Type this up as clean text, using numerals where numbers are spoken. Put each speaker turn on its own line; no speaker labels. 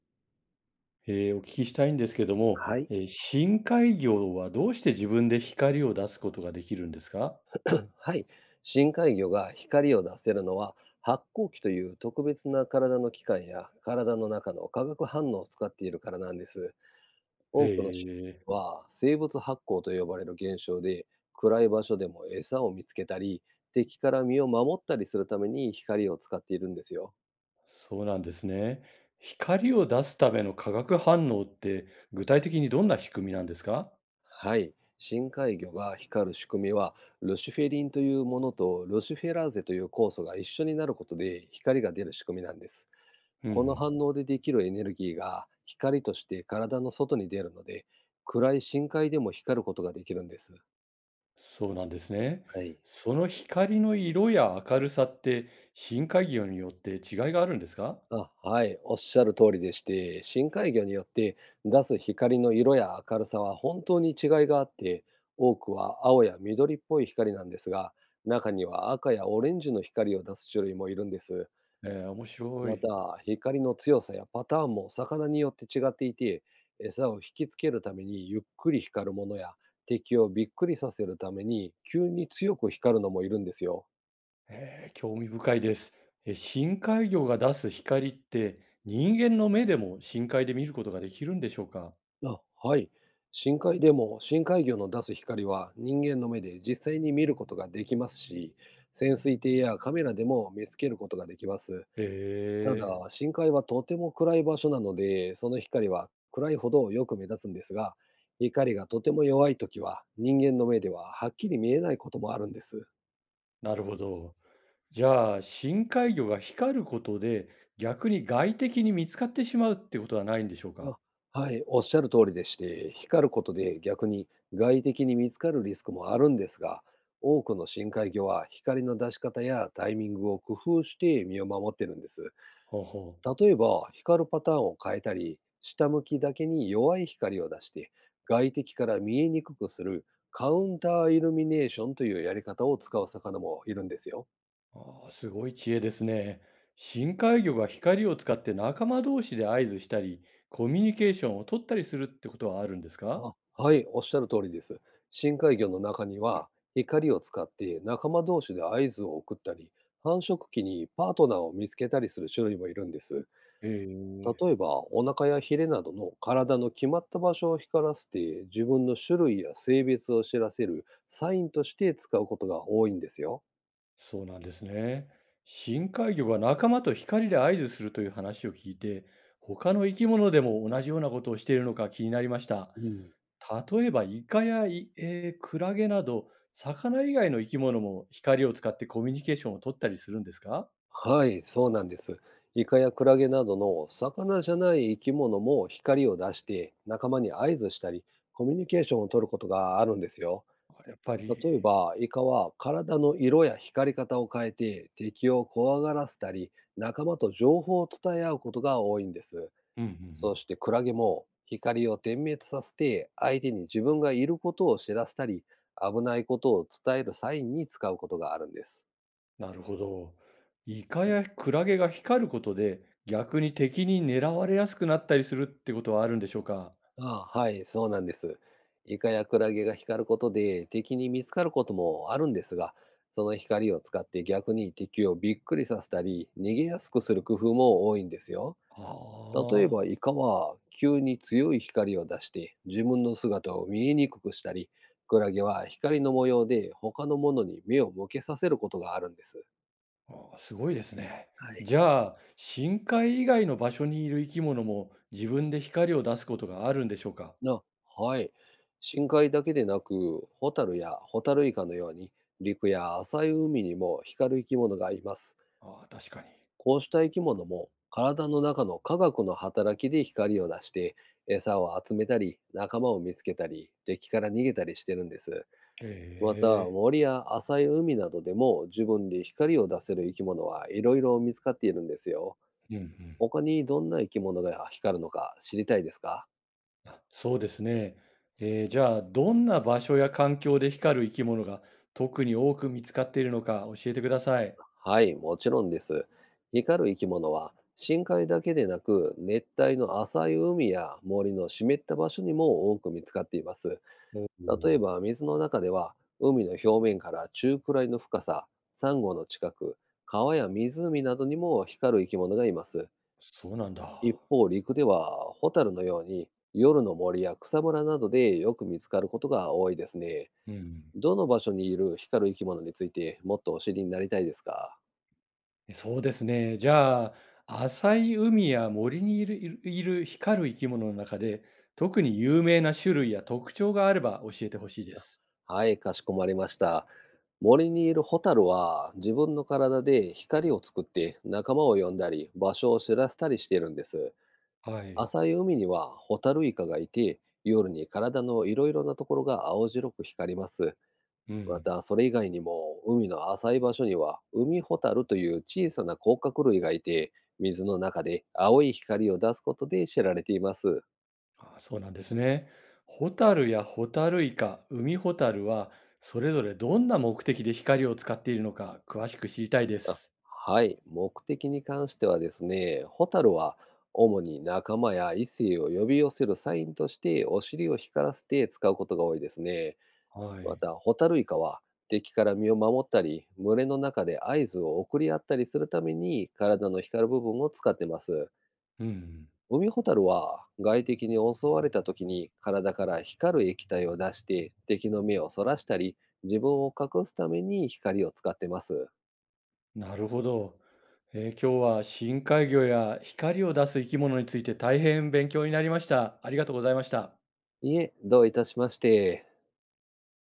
お聞きしたいんですけども、
はい。
深海魚はどうして自分で光を出すことができるんですか？
はい。深海魚が光を出せるのは、発光器という特別な体の器官や体の中の化学反応を使っているからなんです。
へ
多くの深
え、
海魚は生物発光と呼ばれる現象で、暗い場所でも餌を見つけたり、敵から身を守ったりするために光を使っているんですよ。
そうなんですね。光を出すための化学反応って具体的にどんな仕組みなんですか？
はい。深海魚が光る仕組みは、ルシフェリンというものとルシフェラーゼという酵素が一緒になることで光が出る仕組みなんです。
うん、う
この
ん、
反応でできるエネルギーが光として体の外に出るので、暗い深海でも光ることができるんです。
そうなんですね。
はい。
その光の色や明るさって深海魚によって違いがあるんですか？
あ、はい、おっしゃる通りでして、深海魚によって出す光の色や明るさは本当に違いがあって、多くは青や緑っぽい光なんですが、中には赤やオレンジの光を出す種類もいるんです。
面白
ま
い。
た、光の強さやパターンも魚によって違っていて、餌を引きつけるためにゆっくり光るものや、敵をびっくりさせるために急に強く光るのもいるんですよ。
興味深いです。え、深海魚が出す光って人間の目でも深海で見ることができるんでしょうか？
あ、はい。深海でも深海魚の出す光は人間の目で実際に見ることができますし、潜水艇やカメラでも見つけることができます。た
え
だ、深海はとても暗い場所なので、その光は暗いほどよく目立つんですが、光がとても弱いときは、人間の目でははっきり見えないこともあるんです。
なるほど。じゃあ、深海魚が光ることで、逆に外敵に見つかってしまうってことはないんでしょうか？
あ、はい、おっしゃる通りでして、光ることで逆に外敵に見つかるリスクもあるんですが、多くの深海魚は光の出し方やタイミングを工夫して身を守ってるんです。
ほうほう。
例えば、光るパターンを変えたり、下向きだけに弱い光を出して、外敵から見えにくくするカウンターイルミネーションというやり方を使う魚もいるんですよ。
ああ、すごい知恵ですね。深海魚が光を使って仲間同士で合図したり、コミュニケーションを取ったりするってことはあるんですか？
あ、はい、おっしゃる通りです。深海魚の中には、光を使って仲間同士で合図を送ったり、繁殖期にパートナーを見つけたりする種類もいるんです。
へえ。
例えば、お腹やヒレなどの体の決まった場所を光らせて、自分の種類や性別を知らせるサインとして使うことが多いんですよ。
そうなんですね。深海魚が仲間と光で合図するという話を聞いて、他の生き物でも同じようなことをしているのか気になりました。
うん。
例えば、イカやイ、えークラゲなど、魚以外の生き物も光を使ってコミュニケーションを取ったりするんですか？
はい、そうなんです。イカやクラゲなどの魚じゃない生き物も光を出して仲間に合図したり、コミュニケーションを取ることがあるんですよ。
やっぱり、
例えばイカは体の色や光り方を変えて敵を怖がらせたり、仲間と情報を伝え合うことが多いんです。
うんうんう
そ
ん、
してクラゲも光を点滅させて相手に自分がいることを知らせたり、危ないことを伝えるサインに使うことがあるんです。
なるほど。イカやクラゲが光ることで、逆に敵に狙われやすくなったりするってことはあるんでしょうか？
ああ、はい、そうなんです。イカやクラゲが光ることで敵に見つかることもあるんですが、その光を使って逆に敵をびっくりさせたり逃げやすくする工夫も多いんですよ。
あ
例えば、
あー、
イカは急に強い光を出して自分の姿を見えにくくしたり、クラゲは光の模様で他のものに目を向けさせることがあるんです。
ああ、すごいですね。
はい。
じゃあ、深海以外の場所にいる生き物も自分で光を出すことがあるんでしょうか？
なはい、深海だけでなくホタルやホタルイカのように陸や浅い海にも光る生き物がいます。
ああ、確かに。
こうした生き物も体の中の科学の働きで光を出して、餌を集めたり、仲間を見つけたり、敵から逃げたりしてるんです。
え、
また、森や浅い海などでも自分で光を出せる生き物はいろいろ見つかっているんですよ。
えうんうん。
他にどんな生き物が光るのか知りたいですか？
あ、そうですね。じゃあ、どんな場所や環境で光る生き物が特に多く見つかっているのか教えてください。
はい、もちろんです。光る生き物は深海だけでなく、熱帯の浅い海や森の湿った場所にも多く見つかっています。
お
例え
お、
ば水の中では、海の表面から中くらいの深さ、サンゴの近く、川や湖などにも光る生き物がいます。
そうなんだ。
一方、陸ではホタルのように夜の森や草むらなどでよく見つかることが多いですね。
うん。
どの場所にいる光る生き物についてもっとお知りになりたいですか？
そうですね。じゃあ、浅い海や森にいる光る生き物の中で、特に有名な種類や特徴があれば教えてほしいです。
はい、かしこまりました。森にいるホタルは自分の体で光を作って、仲間を呼んだり場所を知らせたりしているんです。
はい。
浅い海にはホタルイカがいて、夜に体のいろいろなところが青白く光ります。
う
ま
ん。
た、それ以外にも、海の浅い場所には、海ホタルという小さな甲殻類がいて、水の中で青い光を出すことで知られています。
あ、そうなんですね。ホタルやホタルイカ、海ホタルは、それぞれどんな目的で光を使っているのか、詳しく知りたいで
あ、
す。
はい、目的に関してはですね、ホタルは主に仲間や異性を呼び寄せるサインとして、お尻を光らせて使うことが多いですね。
は
ま
い。
た、ホタルイカは、敵から身を守ったり、群れの中で合図を送り合ったりするために、体の光る部分を使ってます。
うん。
海ホタルは外敵に襲われた時に体から光る液体を出して、敵の目をそらしたり自分を隠すために光を使ってます。
なるほど。今日は深海魚や光を出す生き物について大変勉強になりました。ありがとうございました。
いえ、どういたしまして。